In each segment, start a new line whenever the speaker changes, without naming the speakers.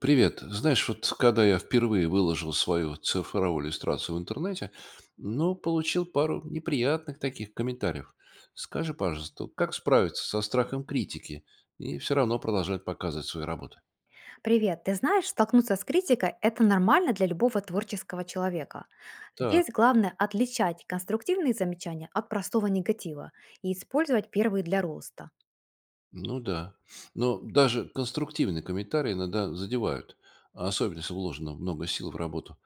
Привет. Знаешь, вот когда я впервые выложил свою цифровую иллюстрацию в интернете, ну, получил пару неприятных таких комментариев. Скажи, пожалуйста, вот как справиться со страхом критики и все равно продолжать показывать свои работы?
Привет. Ты знаешь, столкнуться с критикой– это нормально для любого творческого человека. Здесь
Так,
главное отличать конструктивные замечания от простого негатива и использовать первые для роста.
ну да. Но даже конструктивные комментарии иногда задевают, особенно если вложено много сил в работу.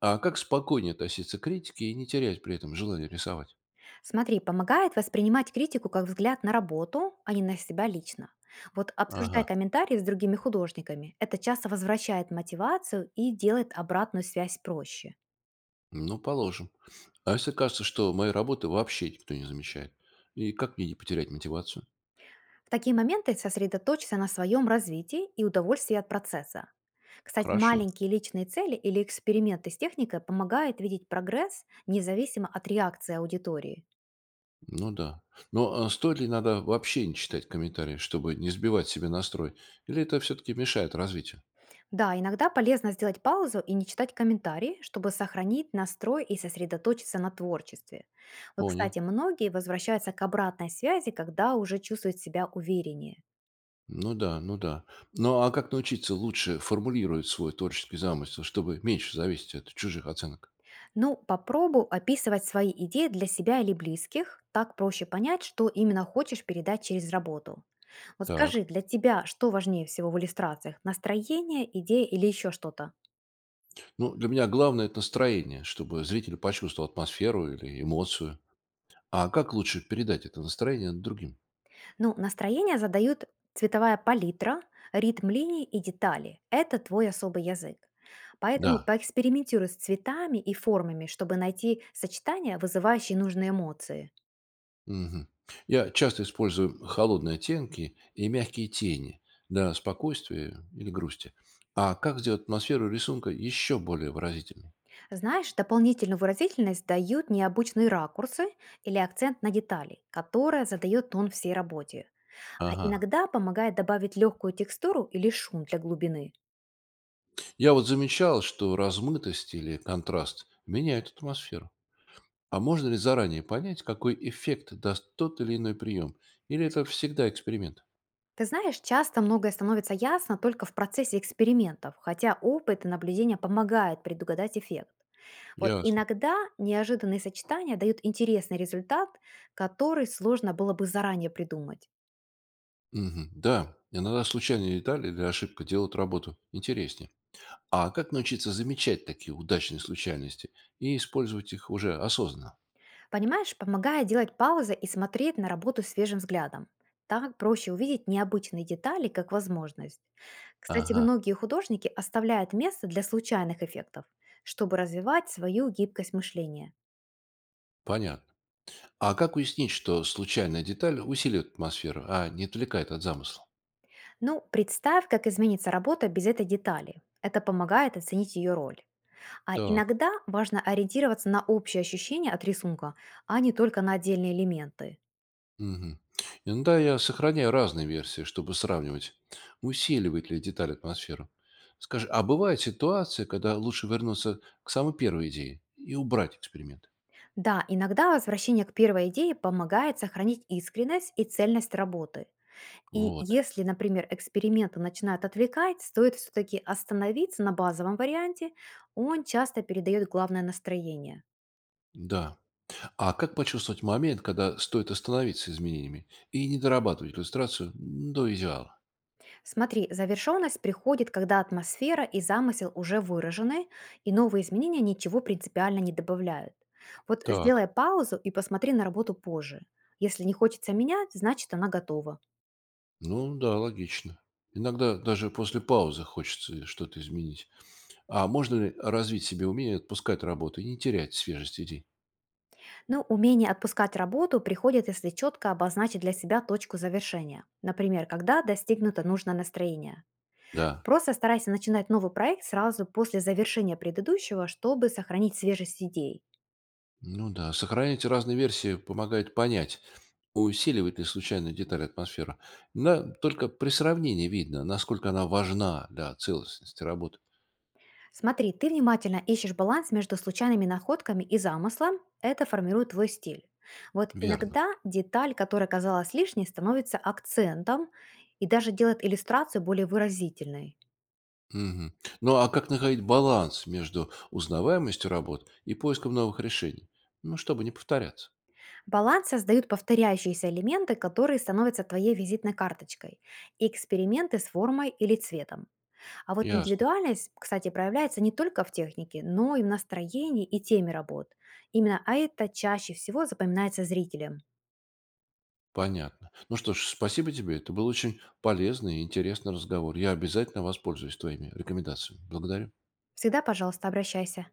А как спокойнее относиться к критике и не терять при этом желание рисовать?
Смотри, помогает воспринимать критику как взгляд на работу, а не на себя лично. Вот обсуждай
Ага,
комментарии с другими художниками. Это часто возвращает мотивацию и делает обратную связь проще.
ну, положим. А если кажется, что моей работы вообще никто не замечает? И как мне не потерять мотивацию?
В такие моменты сосредоточься на своем развитии и удовольствии от процесса. Кстати,
Хорошо.
маленькие личные цели или эксперименты с техникой помогают видеть прогресс независимо от реакции аудитории.
Ну да. Но а, стоит ли иногда вообще не читать комментарии, чтобы не сбивать себе настрой? Или это все-таки мешает развитию?
Да, иногда полезно сделать паузу и не читать комментарии, чтобы сохранить настрой и сосредоточиться на творчестве. Вот,
Понял.
кстати, многие возвращаются к обратной связи, когда уже чувствуют себя увереннее.
Ну да, ну да. Ну а как научиться лучше формулировать свой творческий замысел, чтобы меньше зависеть от чужих оценок?
Ну, попробуй описывать свои идеи для себя или близких. Так проще понять, что именно хочешь передать через работу. Вот скажи,
Так.
для тебя что важнее всего в иллюстрациях? Настроение, идея или еще что-то?
Ну, для меня главное– это настроение, чтобы зритель почувствовал атмосферу или эмоцию. А как лучше передать это настроение другим?
Ну, настроение задают цветовая палитра, ритм линий и детали. Это твой особый язык.
Да,
Поэтому поэкспериментируй с цветами и формами, чтобы найти сочетания, вызывающие нужные эмоции.
мгм. Я часто использую холодные оттенки и мягкие тени для спокойствия или грусти. А как сделать атмосферу рисунка еще более выразительной?
Знаешь, дополнительную выразительность дают необычные ракурсы или акцент на детали, которые задает тон всей работе. А
Ага.
иногда помогает добавить легкую текстуру или шум для глубины.
Я вот замечал, что размытость или контраст меняют атмосферу. А можно ли заранее понять, какой эффект даст тот или иной прием? Или это всегда эксперимент?
Ты знаешь, часто многое становится ясно только в процессе экспериментов, хотя опыт и наблюдение помогают предугадать эффект. Вот
Ясно.
иногда неожиданные сочетания дают интересный результат, который сложно было бы заранее придумать.
Мгм. Да, иногда случайные детали или ошибка делают работу интереснее. А как научиться замечать такие удачные случайности и использовать их уже осознанно?
Понимаешь, помогает делать паузы и смотреть на работу свежим взглядом. Так проще увидеть необычные детали как возможность. Кстати,
Ага,
многие художники оставляют место для случайных эффектов, чтобы развивать свою гибкость мышления.
понятно. А как уяснить, что случайная деталь усиливает атмосферу, а не отвлекает от замысла?
Ну, представь, как изменится работа без этой детали. Это помогает оценить ее роль. А
Так.
иногда важно ориентироваться на общее ощущение от рисунка, а не только на отдельные элементы.
Мгм. Иногда я сохраняю разные версии, чтобы сравнивать, усиливает ли деталь атмосферу. Скажи, а бывает ситуация, когда лучше вернуться к самой первой идее и убрать эксперимент?
Да, иногда возвращение к первой идее помогает сохранить искренность и цельность работы. И
Вот.
если, например, эксперименты начинают отвлекать, стоит все-таки остановиться на базовом варианте, он часто передает главное настроение.
Да. А как почувствовать момент, когда стоит остановиться с изменениями и не дорабатывать иллюстрацию до идеала?
Смотри, завершенность приходит, когда атмосфера и замысел уже выражены, и новые изменения ничего принципиально не добавляют. Вот
Так,
сделай паузу и посмотри на работу позже. Если не хочется менять, значит она готова.
ну да, логично. Иногда даже после паузы хочется что-то изменить. А можно ли развить себе умение отпускать работу и не терять свежесть идей?
Но умение отпускать работу приходит, если четко обозначить для себя точку завершения. Например, когда достигнуто нужное настроение.
Да.
Просто старайся начинать новый проект сразу после завершения предыдущего, чтобы сохранить свежесть идей.
Ну да, сохранять разные версии помогает понять, усиливает ли случайная деталь атмосферу. Но только при сравнении видно, насколько она важна для целостности работы.
Смотри, ты внимательно ищешь баланс между случайными находками и замыслом. Это формирует твой стиль. Вот
Верно.
иногда деталь, которая казалась лишней, становится акцентом и даже делает иллюстрацию более выразительной.
Мгм. Ну а как находить баланс между узнаваемостью работ и поиском новых решений? Ну, чтобы не повторяться.
Баланс создают повторяющиеся элементы, которые становятся твоей визитной карточкой, и эксперименты с формой или цветом. А вот
Ясно.
индивидуальность, кстати, проявляется не только в технике, но и в настроении и теме работ. Именно а это чаще всего запоминается зрителям.
Понятно. Ну что ж, спасибо тебе. Это был очень полезный и интересный разговор. Я обязательно воспользуюсь твоими рекомендациями. Благодарю.
Всегда, пожалуйста, обращайся.